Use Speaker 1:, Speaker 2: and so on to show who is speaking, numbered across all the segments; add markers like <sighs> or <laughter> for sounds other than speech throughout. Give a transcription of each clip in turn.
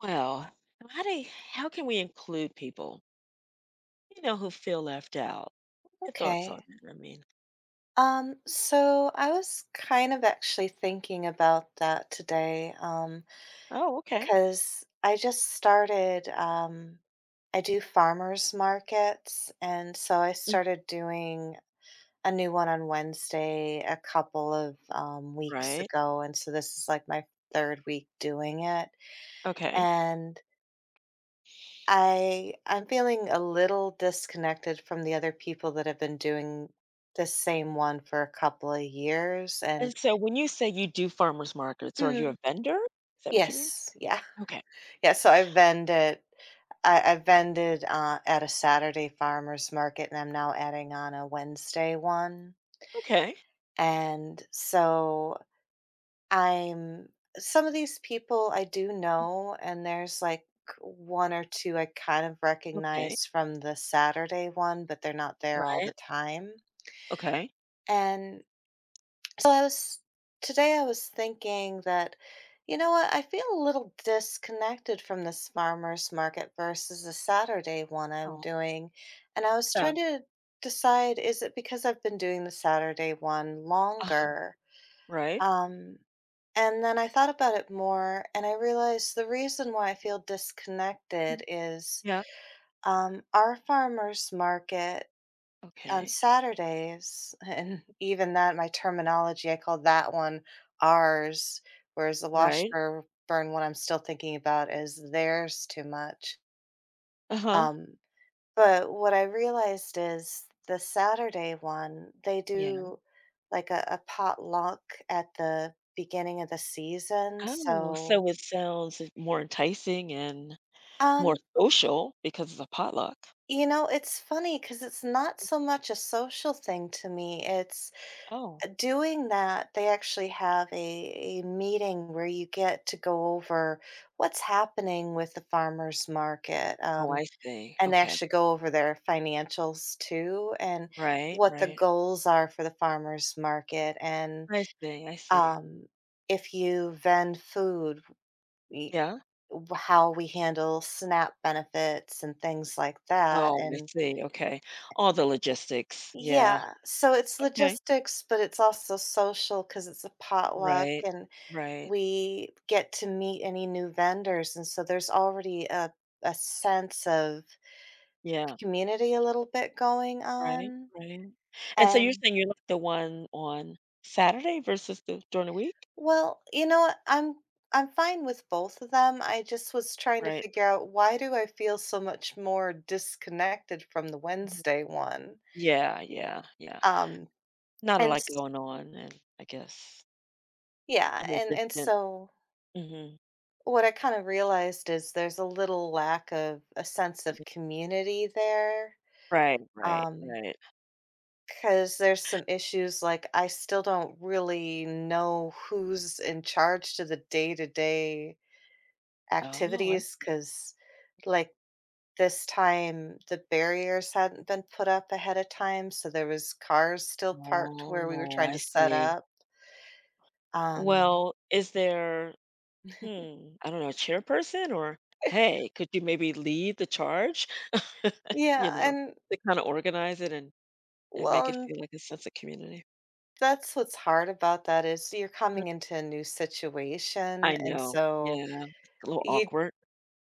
Speaker 1: Well, how do how can we include people, you know, who feel left out? Your thoughts on
Speaker 2: Okay.
Speaker 1: that? I mean,
Speaker 2: So I was kind of actually thinking about that today,
Speaker 1: oh, okay.
Speaker 2: because I just started, I do farmers markets, and so I
Speaker 1: Mm,
Speaker 2: started doing a new one on Wednesday a couple of weeks
Speaker 1: right,
Speaker 2: ago, and so this is like my third week doing it.
Speaker 1: okay.
Speaker 2: And I'm feeling a little disconnected from the other people that have been doing the same one for a couple of years and
Speaker 1: And so, when you say you do farmers markets, are you a
Speaker 2: Mhm.
Speaker 1: vendor? Is that what you mean?
Speaker 2: Yes, yeah. <laughs>
Speaker 1: Okay,
Speaker 2: Yeah, so I've vended at a Saturday farmers market, and I'm now adding on a Wednesday one.
Speaker 1: okay,
Speaker 2: And so I'm some of these people I do know, and there's like one or two I kind of
Speaker 1: okay,
Speaker 2: recognize from the Saturday one, but they're not there all
Speaker 1: right,
Speaker 2: the time.
Speaker 1: okay.
Speaker 2: And so I was today I was thinking that, you know what, I feel a little disconnected from this farmers market versus the Saturday one I'm
Speaker 1: Oh,
Speaker 2: doing. And I was trying
Speaker 1: so,
Speaker 2: to decide, is it because I've been doing the Saturday one
Speaker 1: uh-huh.
Speaker 2: longer?
Speaker 1: Right,
Speaker 2: Um and then I thought about it more, and I realized the reason why I feel
Speaker 1: mm,
Speaker 2: disconnected is
Speaker 1: yeah,
Speaker 2: our farmers market on
Speaker 1: okay,
Speaker 2: Saturdays, <laughs> and even that, my terminology, I call that one ours, whereas the
Speaker 1: right,
Speaker 2: Washburn one I'm still thinking about is theirs too much.
Speaker 1: uh huh,
Speaker 2: Um, but what I realized is the Saturday one, they
Speaker 1: yeah.
Speaker 2: do like a potluck at the beginning of the season.
Speaker 1: Oh,
Speaker 2: So
Speaker 1: so it sounds more enticing and more
Speaker 2: Um,
Speaker 1: social because it's a potluck.
Speaker 2: it's funny, because it's not so much a social thing to me. It's
Speaker 1: Oh,
Speaker 2: doing that, they actually have a meeting where you get to go over what's happening with the farmers market,
Speaker 1: oh, I see.
Speaker 2: and they
Speaker 1: Okay.
Speaker 2: actually go over their financials too, and
Speaker 1: Right,
Speaker 2: what the
Speaker 1: right.
Speaker 2: goals are for the farmers market, and
Speaker 1: I see, I see.
Speaker 2: um, if you vend food, y-
Speaker 1: Yeah?
Speaker 2: how we handle SNAP benefits and things like that.
Speaker 1: Oh, I
Speaker 2: And
Speaker 1: see, okay. All the logistics, yeah.
Speaker 2: yeah, so it's
Speaker 1: Okay.
Speaker 2: logistics, but it's also social because it's a potluck
Speaker 1: Right,
Speaker 2: and
Speaker 1: right.
Speaker 2: we get to meet any new vendors, and so there's already a sense of
Speaker 1: Yeah,
Speaker 2: community a little bit going
Speaker 1: right,
Speaker 2: on,
Speaker 1: right. And so you're
Speaker 2: and
Speaker 1: saying you're like the one on Saturday versus the during the week?
Speaker 2: well, you know what? I'm fine with both of them, I just was trying to
Speaker 1: Right.
Speaker 2: figure out, why do I feel so much more disconnected from the
Speaker 1: Mhm.
Speaker 2: Wednesday one?
Speaker 1: Yeah, yeah, yeah.
Speaker 2: Um,
Speaker 1: Not a
Speaker 2: and
Speaker 1: lot
Speaker 2: s
Speaker 1: going on and I guess
Speaker 2: Yeah,
Speaker 1: I'm a
Speaker 2: and
Speaker 1: distant.
Speaker 2: so
Speaker 1: Mhm.
Speaker 2: what I kind of realized is there's a little lack of a sense
Speaker 1: Yeah.
Speaker 2: of community there.
Speaker 1: Right, right,
Speaker 2: Um,
Speaker 1: right.
Speaker 2: because there's some issues, like I still don't really know who's in charge to the day to day
Speaker 1: Oh, I
Speaker 2: activities. Because, like, this time the barriers hadn't been put up ahead of time, so there was cars still parked where we were
Speaker 1: oh,
Speaker 2: trying
Speaker 1: I
Speaker 2: to set
Speaker 1: see.
Speaker 2: up. Um,
Speaker 1: Well, is there hmm, I don't know, chairperson or,
Speaker 2: <laughs>
Speaker 1: "Hey, could you maybe lead the charge?" <laughs> You
Speaker 2: yeah,
Speaker 1: know,
Speaker 2: and
Speaker 1: to kinda organize it and
Speaker 2: well,
Speaker 1: make it
Speaker 2: and
Speaker 1: feel like a sense of community.
Speaker 2: that's what's hard about that is you're
Speaker 1: Mm,
Speaker 2: coming into a new situation,
Speaker 1: I
Speaker 2: and
Speaker 1: know,
Speaker 2: so
Speaker 1: yeah, a little
Speaker 2: you
Speaker 1: awkward.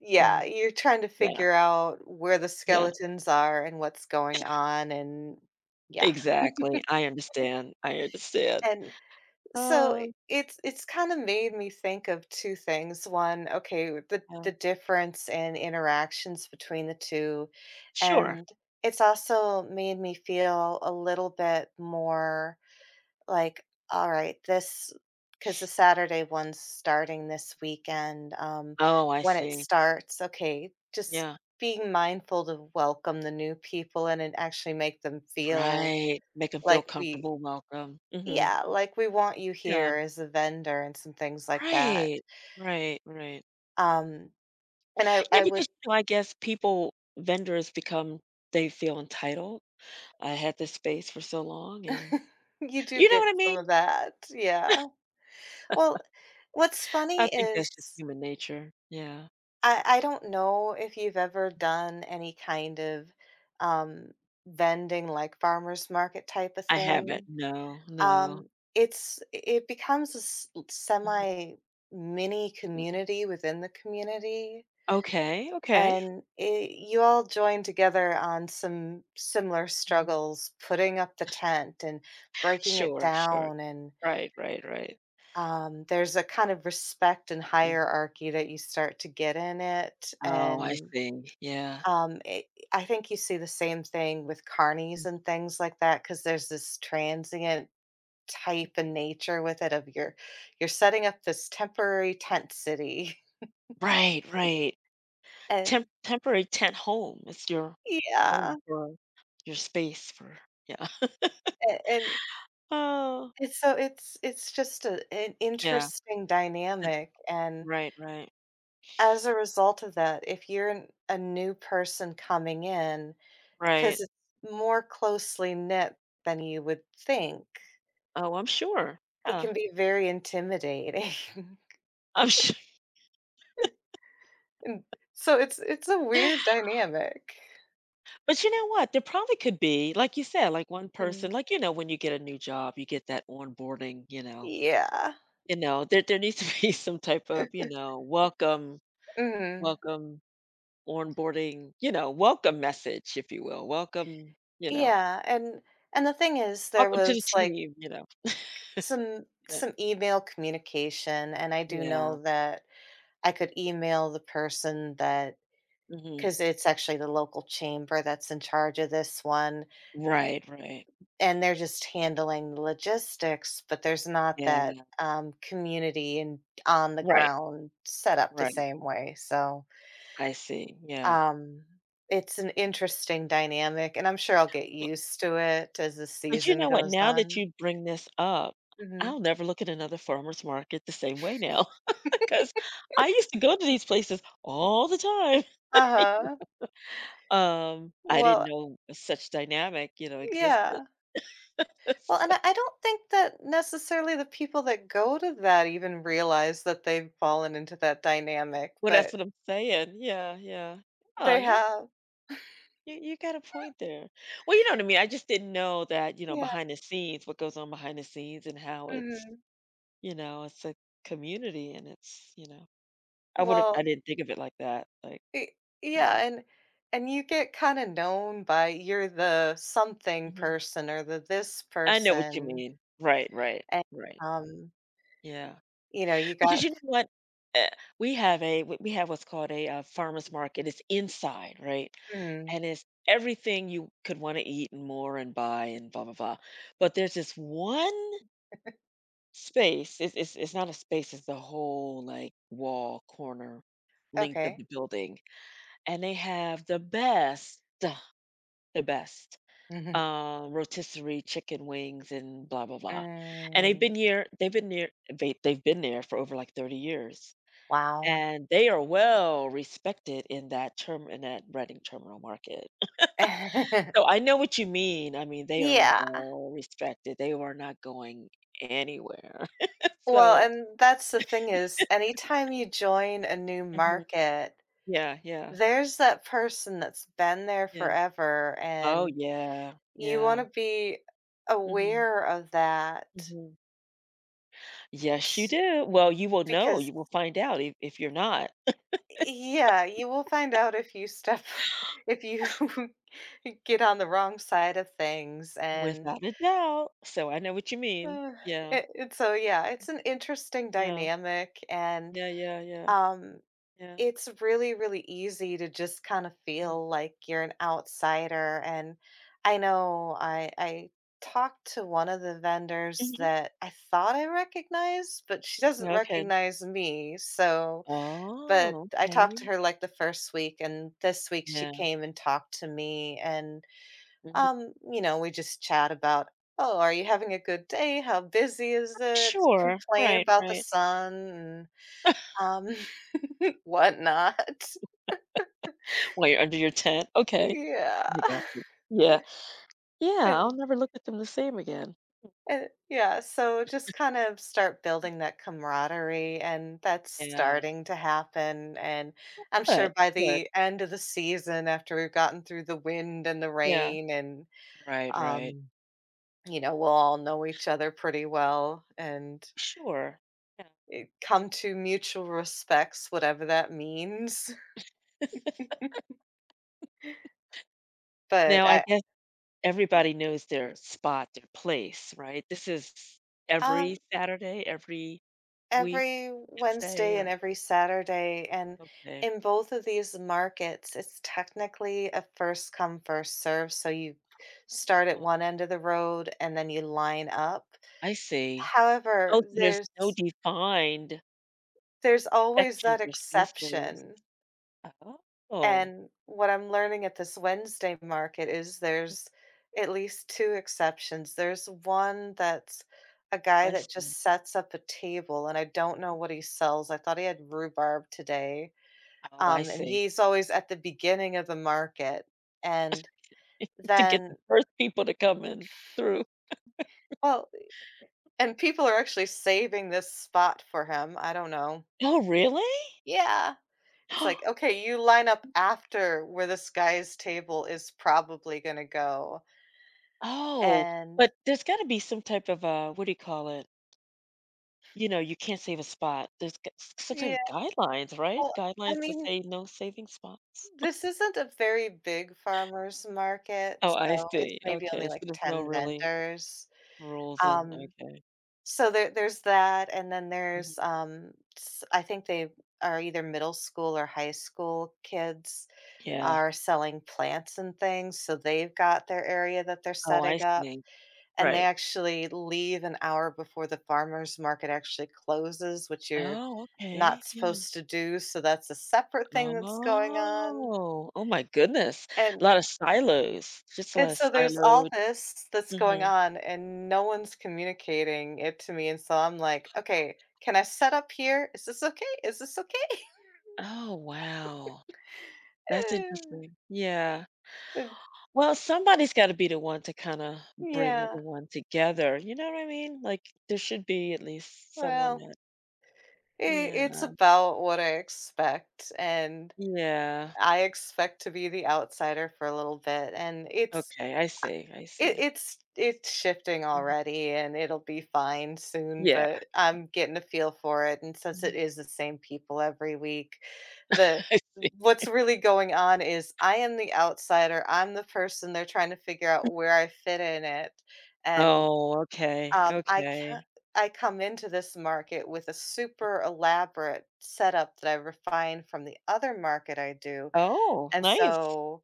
Speaker 2: yeah,
Speaker 1: Mhm,
Speaker 2: you're trying to
Speaker 1: yeah,
Speaker 2: figure out where the
Speaker 1: yeah,
Speaker 2: skeletons are and what's going on. And yeah.
Speaker 1: exactly, I understand, I understand.
Speaker 2: And so
Speaker 1: Oh,
Speaker 2: it's kind of made me think of two things. One, okay, the
Speaker 1: yeah,
Speaker 2: the difference in interactions between the two,
Speaker 1: sure.
Speaker 2: and it's also made me feel a little bit more like, all right, this because the Saturday one's starting this weekend.
Speaker 1: Oh, I
Speaker 2: When it
Speaker 1: see,
Speaker 2: starts, okay, just
Speaker 1: yeah,
Speaker 2: being mindful to welcome the new people in and actually make them feel
Speaker 1: right, make them feel
Speaker 2: like we,
Speaker 1: comfortable, welcome, mhm,
Speaker 2: yeah, like we want you
Speaker 1: yeah,
Speaker 2: here as a vendor and some things like that.
Speaker 1: right, right, right.
Speaker 2: Um, and
Speaker 1: Yeah,
Speaker 2: I would,
Speaker 1: because, you know, I guess people vendors become they feel entitled. I had this space for so long and
Speaker 2: <laughs> you do
Speaker 1: you know
Speaker 2: get
Speaker 1: what I
Speaker 2: some
Speaker 1: mean?
Speaker 2: of that. Yeah. Well, what's
Speaker 1: I
Speaker 2: funny
Speaker 1: think that's
Speaker 2: is
Speaker 1: just human nature. Yeah.
Speaker 2: I don't know if you've ever done any kind of, um, vending, like, farmer's market type of
Speaker 1: I haven't.
Speaker 2: thing.
Speaker 1: No, no.
Speaker 2: It becomes a s
Speaker 1: Mhm,
Speaker 2: semi mini
Speaker 1: mm.
Speaker 2: community within the community,
Speaker 1: Okay, okay.
Speaker 2: and I you all join together on some similar
Speaker 1: Mhm.
Speaker 2: struggles, putting up the tent and breaking it
Speaker 1: Sure, sure.
Speaker 2: down, and,
Speaker 1: Right, right, right.
Speaker 2: there's a kind of respect and
Speaker 1: Mhm.
Speaker 2: hierarchy that you start to get in it.
Speaker 1: Oh, I
Speaker 2: And
Speaker 1: see. Yeah.
Speaker 2: It I think you see the same thing with
Speaker 1: Mm.
Speaker 2: carnies and things like that, because there's this transient type and nature with it of you're setting up this temporary tent city,
Speaker 1: Right, right.
Speaker 2: <laughs> and
Speaker 1: Temp temporary tent home. It's your
Speaker 2: yeah,
Speaker 1: home
Speaker 2: a
Speaker 1: for your space for yeah. <laughs>
Speaker 2: and and
Speaker 1: Oh,
Speaker 2: it's so it's just a an
Speaker 1: yeah.
Speaker 2: interesting dynamic, and
Speaker 1: Right, right.
Speaker 2: as a result of that, if you're an a new person coming in,
Speaker 1: Right.
Speaker 2: because it's more closely knit than you would think,
Speaker 1: Oh, I'm sure.
Speaker 2: it
Speaker 1: Yeah.
Speaker 2: can be very intimidating. <laughs>
Speaker 1: I'm sure.
Speaker 2: And so it's a weird
Speaker 1: <laughs>
Speaker 2: dynamic.
Speaker 1: But you know what? There probably could be, like you said, like one person,
Speaker 2: Mm.
Speaker 1: like, you know, when you get a new job, you get that onboarding,
Speaker 2: Yeah.
Speaker 1: you know, there needs to <laughs> be some type of, you know, welcome,
Speaker 2: Mhm.
Speaker 1: welcome, onboarding, you know, welcome message, if you will. Welcome, you know,
Speaker 2: Yeah, and the thing is, there
Speaker 1: welcome to the
Speaker 2: was,
Speaker 1: team,
Speaker 2: like,
Speaker 1: you know.
Speaker 2: some
Speaker 1: Yeah.
Speaker 2: some email communication, and I do
Speaker 1: Yeah.
Speaker 2: know that I could email the person, that
Speaker 1: Hmm.
Speaker 2: because it's actually the local chamber that's in charge of this one,
Speaker 1: Right, right.
Speaker 2: and they're just handling the logistics, but there's not that,
Speaker 1: Yeah.
Speaker 2: community and on the
Speaker 1: Right.
Speaker 2: ground set up the
Speaker 1: Right.
Speaker 2: same way. so
Speaker 1: I see. Yeah.
Speaker 2: Um, it's an interesting dynamic, and I'm sure I'll get used to it as the
Speaker 1: But you
Speaker 2: season
Speaker 1: know what?
Speaker 2: goes
Speaker 1: Now that
Speaker 2: on.
Speaker 1: you bring this up,
Speaker 2: Mhm.
Speaker 1: I'll never look at another farmer's market the same way now. <laughs> Because I used to go to these places all the time. <laughs>
Speaker 2: Uh-huh.
Speaker 1: I didn't
Speaker 2: Well,
Speaker 1: know such dynamic, you know, existed.
Speaker 2: yeah.
Speaker 1: <laughs>
Speaker 2: Well,
Speaker 1: So
Speaker 2: and I don't think that necessarily the people that go to that even realize that they've fallen into that dynamic,
Speaker 1: well, that's
Speaker 2: but
Speaker 1: what I'm saying. Yeah, yeah. Oh,
Speaker 2: they
Speaker 1: you
Speaker 2: have.
Speaker 1: you you got a point there. Well, you know what I mean? I just didn't know that, you know,
Speaker 2: Yeah.
Speaker 1: behind the scenes, what goes on behind the scenes and how it's,
Speaker 2: Mhm.
Speaker 1: you know, it's a community and it's, you know, I would've I
Speaker 2: Well,
Speaker 1: didn't think of it like that, like,
Speaker 2: y
Speaker 1: you
Speaker 2: yeah,
Speaker 1: know.
Speaker 2: and you get kinda known by you're the something
Speaker 1: Mhm.
Speaker 2: person or the this
Speaker 1: I know what you
Speaker 2: person,
Speaker 1: mean. Right, right,
Speaker 2: and,
Speaker 1: right.
Speaker 2: um,
Speaker 1: Yeah.
Speaker 2: you
Speaker 1: Because
Speaker 2: got.
Speaker 1: you know what? Uh, we have a we have what's called a, farmer's market. It's inside, right?
Speaker 2: Mm,
Speaker 1: And it's everything you could wanna eat and more and buy and blah, blah, blah. But there's this one space, it's it's not a space, it's the whole, like, wall corner length of
Speaker 2: okay.
Speaker 1: the building, and they have the best
Speaker 2: Mhm.
Speaker 1: rotisserie chicken wings and blah blah blah. And they've
Speaker 2: Mm,
Speaker 1: been here, they've been near, they, they've been there for over like 30 years,
Speaker 2: wow.
Speaker 1: and they are well respected in that term in that Reading terminal market.
Speaker 2: <laughs>
Speaker 1: So I know what you mean. I mean, they are
Speaker 2: Yeah.
Speaker 1: well respected. They are not going anywhere. <laughs>
Speaker 2: Well,
Speaker 1: So
Speaker 2: and that's the thing is, anytime you join a new
Speaker 1: mhm.
Speaker 2: market,
Speaker 1: Yeah, yeah,
Speaker 2: there's that person that's been there
Speaker 1: yeah.
Speaker 2: forever,
Speaker 1: Oh
Speaker 2: and
Speaker 1: yeah,
Speaker 2: you
Speaker 1: yeah.
Speaker 2: wanna be
Speaker 1: Hmm.
Speaker 2: aware of that
Speaker 1: Hmm. Yes, you do. Well, you will know.
Speaker 2: because
Speaker 1: You will find out if you're not. <laughs>
Speaker 2: yeah, you will find out if you step <laughs> if you <laughs> get on the wrong side of things. And
Speaker 1: Without a doubt. So I know what you mean.
Speaker 2: Uh,
Speaker 1: Yeah,
Speaker 2: it's so, yeah, it's an interesting
Speaker 1: yeah,
Speaker 2: dynamic, and
Speaker 1: yeah, yeah, yeah,
Speaker 2: um,
Speaker 1: yeah.
Speaker 2: it's really, really easy to just kind of
Speaker 1: Mhm.
Speaker 2: feel like you're an outsider. And I know I talked to one of the vendors
Speaker 1: Mhm.
Speaker 2: that I thought I recognized, but she doesn't
Speaker 1: Yeah, okay.
Speaker 2: recognize me. So, but
Speaker 1: Oh,
Speaker 2: I talked to
Speaker 1: okay.
Speaker 2: her like the first week, and this week she
Speaker 1: Yeah,
Speaker 2: came and talked to me, and
Speaker 1: mhm.
Speaker 2: you know, we just chat about, "Oh, are you having a good day? How busy is it?"
Speaker 1: Sure.
Speaker 2: Complain
Speaker 1: Right,
Speaker 2: about the
Speaker 1: right.
Speaker 2: sun and,
Speaker 1: <laughs>
Speaker 2: um, <laughs> whatnot.
Speaker 1: While you're under your tent. Okay.
Speaker 2: Yeah.
Speaker 1: I
Speaker 2: <laughs>
Speaker 1: got you. Yeah. Yeah, I'll
Speaker 2: And
Speaker 1: never look at them the same again.
Speaker 2: and yeah, so just kind of start building that camaraderie, and that's
Speaker 1: Yeah.
Speaker 2: starting to happen, and I'm sure
Speaker 1: Good,
Speaker 2: by
Speaker 1: good.
Speaker 2: the end of the season, after we've gotten through the wind and the
Speaker 1: Yeah.
Speaker 2: rain and,
Speaker 1: Right, right.
Speaker 2: um, we'll all know each other pretty well. And
Speaker 1: Sure. Yeah.
Speaker 2: come to mutual respects, whatever that means. <laughs>
Speaker 1: <laughs>
Speaker 2: But
Speaker 1: Now, I
Speaker 2: I
Speaker 1: guess everybody knows their spot, their place, right? This is
Speaker 2: um,
Speaker 1: every Saturday, every week,
Speaker 2: every
Speaker 1: let's say,
Speaker 2: Wednesday and
Speaker 1: or
Speaker 2: every Saturday, and
Speaker 1: okay.
Speaker 2: in both of these markets, it's technically a first come, first serve. So you start at
Speaker 1: Oh,
Speaker 2: one end of the road and then you line up.
Speaker 1: I see. Oh,
Speaker 2: However,
Speaker 1: so there's
Speaker 2: there's
Speaker 1: no defined
Speaker 2: there's always
Speaker 1: sections
Speaker 2: that
Speaker 1: or spaces.
Speaker 2: exception.
Speaker 1: Oh,
Speaker 2: And what I'm learning at this Wednesday market is there's at least two exceptions. There's one that's a guy
Speaker 1: I
Speaker 2: that
Speaker 1: see.
Speaker 2: just sets up a table, and I don't know what he sells. I thought he had rhubarb today,
Speaker 1: Oh, I
Speaker 2: and
Speaker 1: see.
Speaker 2: he's always at the beginning of the market, and
Speaker 1: <laughs> To get the
Speaker 2: then
Speaker 1: first people to come in through.
Speaker 2: well, and people are actually saving this spot for him. I don't know.
Speaker 1: Oh, really?
Speaker 2: Yeah. It's like,
Speaker 1: <gasps>
Speaker 2: "Okay, you line up after where this guy's table is probably gonna go."
Speaker 1: Oh,
Speaker 2: And
Speaker 1: but there's got to be some type of what do you call it? You know, you can't save a spot. There's g- s- some type
Speaker 2: yeah,
Speaker 1: of guidelines, right?
Speaker 2: well, I
Speaker 1: Guidelines to
Speaker 2: mean,
Speaker 1: say no saving spots.
Speaker 2: this isn't a very big farmer's
Speaker 1: Oh,
Speaker 2: market,
Speaker 1: I
Speaker 2: so it's
Speaker 1: see.
Speaker 2: maybe
Speaker 1: Okay,
Speaker 2: only
Speaker 1: so
Speaker 2: like
Speaker 1: there's no
Speaker 2: ten
Speaker 1: really
Speaker 2: vendors.
Speaker 1: rules and
Speaker 2: Um,
Speaker 1: okay.
Speaker 2: so there's that, and then there's,
Speaker 1: Mhm.
Speaker 2: s I think they are either middle school or high school kids
Speaker 1: Yeah.
Speaker 2: are selling plants and things, so they've got their area that they're
Speaker 1: Oh, I
Speaker 2: setting up,
Speaker 1: see.
Speaker 2: and they
Speaker 1: Right.
Speaker 2: actually leave an hour before the farmer's market actually closes, which you're
Speaker 1: Oh, okay.
Speaker 2: not
Speaker 1: Yeah.
Speaker 2: supposed to do, so that's a separate thing that's going on,
Speaker 1: Oh. Oh my goodness. A
Speaker 2: and
Speaker 1: lot of silos. Just a lot
Speaker 2: and
Speaker 1: of
Speaker 2: so there's all
Speaker 1: siloed
Speaker 2: this that's going
Speaker 1: mhm.
Speaker 2: on, and no one's communicating it to me, and so I'm like, "Okay, can I set up here? Is this okay? Is this okay?"
Speaker 1: Oh, wow. That's interesting.
Speaker 2: <laughs>
Speaker 1: Yeah.
Speaker 2: And
Speaker 1: Well, somebody's gotta be the one to kinda bring
Speaker 2: yeah,
Speaker 1: everyone together, you know what I mean? Like, there should be at least someone
Speaker 2: well,
Speaker 1: that
Speaker 2: I
Speaker 1: yeah.
Speaker 2: it's about what I expect, and
Speaker 1: Yeah.
Speaker 2: I expect to be the outsider for a little bit, and
Speaker 1: Okay, I see, I
Speaker 2: It
Speaker 1: see.
Speaker 2: it's shifting
Speaker 1: Mhm.
Speaker 2: already and it'll be fine soon,
Speaker 1: Yeah.
Speaker 2: but I'm getting a feel for it, and since it
Speaker 1: Mhm.
Speaker 2: is the same people every week, the
Speaker 1: <laughs> I see.
Speaker 2: what's really going on is I am the outsider, I'm the person they're trying to figure out where I fit in it, and,
Speaker 1: Oh, okay,
Speaker 2: I
Speaker 1: okay.
Speaker 2: can I come into this market with a super elaborate setup that I refined from the other market I do,
Speaker 1: Oh,
Speaker 2: and
Speaker 1: nice.
Speaker 2: so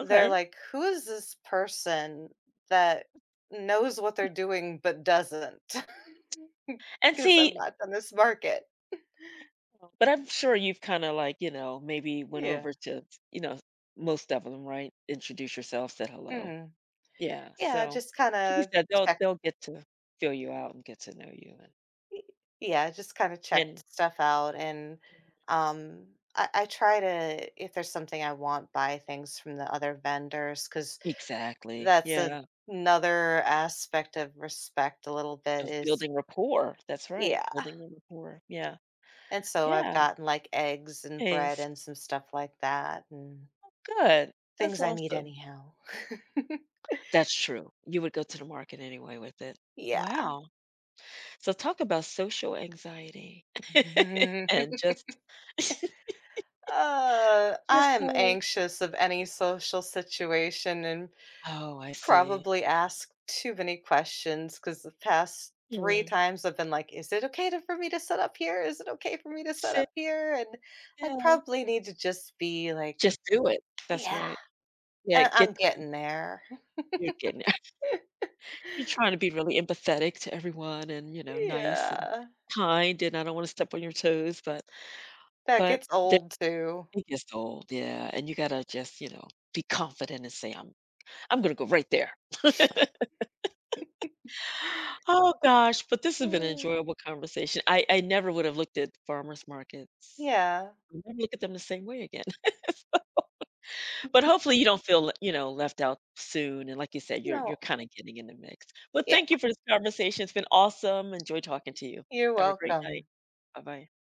Speaker 2: they're like, "Who is this person that knows what they're doing but does not <laughs>
Speaker 1: And
Speaker 2: Because 'Cause I'm
Speaker 1: see,
Speaker 2: not in this market."
Speaker 1: but I'm sure you've kind of like, you know, maybe went over
Speaker 2: Yeah.
Speaker 1: to, you know, most of them, right? Introduce yourself, said hello.
Speaker 2: Mhm.
Speaker 1: Yeah.
Speaker 2: Yeah,
Speaker 1: So
Speaker 2: just
Speaker 1: like you
Speaker 2: kinda
Speaker 1: said, they'll
Speaker 2: check
Speaker 1: they'll get to feel you out and get to know you
Speaker 2: yeah, just kinda
Speaker 1: and
Speaker 2: checked stuff out and, um, I try to, if there's something I want, buy things from the other vendors because
Speaker 1: exactly.
Speaker 2: that's
Speaker 1: Yeah.
Speaker 2: another aspect of respect a little bit,
Speaker 1: Of
Speaker 2: is
Speaker 1: building rapport. That's right.
Speaker 2: yeah,
Speaker 1: Building the rapport. Yeah.
Speaker 2: and so I've
Speaker 1: Yeah.
Speaker 2: gotten, like, eggs and bread
Speaker 1: Nice.
Speaker 2: and some stuff like that. And
Speaker 1: Good. That's
Speaker 2: things I need
Speaker 1: awesome.
Speaker 2: anyhow. <laughs>
Speaker 1: That's true. You would go to the market anyway with it.
Speaker 2: Yeah.
Speaker 1: Wow. So talk about social anxiety <laughs> and
Speaker 2: <laughs>
Speaker 1: just <laughs> just,
Speaker 2: I'm
Speaker 1: um
Speaker 2: anxious of any social situation, and
Speaker 1: oh, I see.
Speaker 2: probably ask too many questions, because the past three
Speaker 1: Mm.
Speaker 2: times I've been like, is it okay for me to set up here? Is it okay for me to set
Speaker 1: So
Speaker 2: up here? And I
Speaker 1: yeah,
Speaker 2: probably need to just be like,
Speaker 1: just do it. That's
Speaker 2: yeah.
Speaker 1: right. Yeah,
Speaker 2: I'm
Speaker 1: get
Speaker 2: getting there. <laughs>
Speaker 1: you're getting <laughs> you're trying to be really empathetic to everyone and, you know, nice and
Speaker 2: Yeah.
Speaker 1: kind, and I don't wanna step on your toes,
Speaker 2: That
Speaker 1: but
Speaker 2: gets
Speaker 1: that
Speaker 2: old too.
Speaker 1: it gets old, yeah, and you gotta just, you know, be confident and say, I'm gonna go right there." <laughs>
Speaker 2: <sighs> <laughs>
Speaker 1: Oh gosh, but this has been an
Speaker 2: Mm.
Speaker 1: enjoyable conversation. I never would have looked at farmers markets.
Speaker 2: Yeah.
Speaker 1: I never look at them the same way again. <laughs> But hopefully you don't feel, you know, left out soon, and like you said, you're
Speaker 2: No.
Speaker 1: kinda getting in the mix. But
Speaker 2: Yeah.
Speaker 1: thank you for this conversation. It's been awesome. Enjoy talking to you.
Speaker 2: You're
Speaker 1: Have a great night.
Speaker 2: welcome.
Speaker 1: Bye-bye.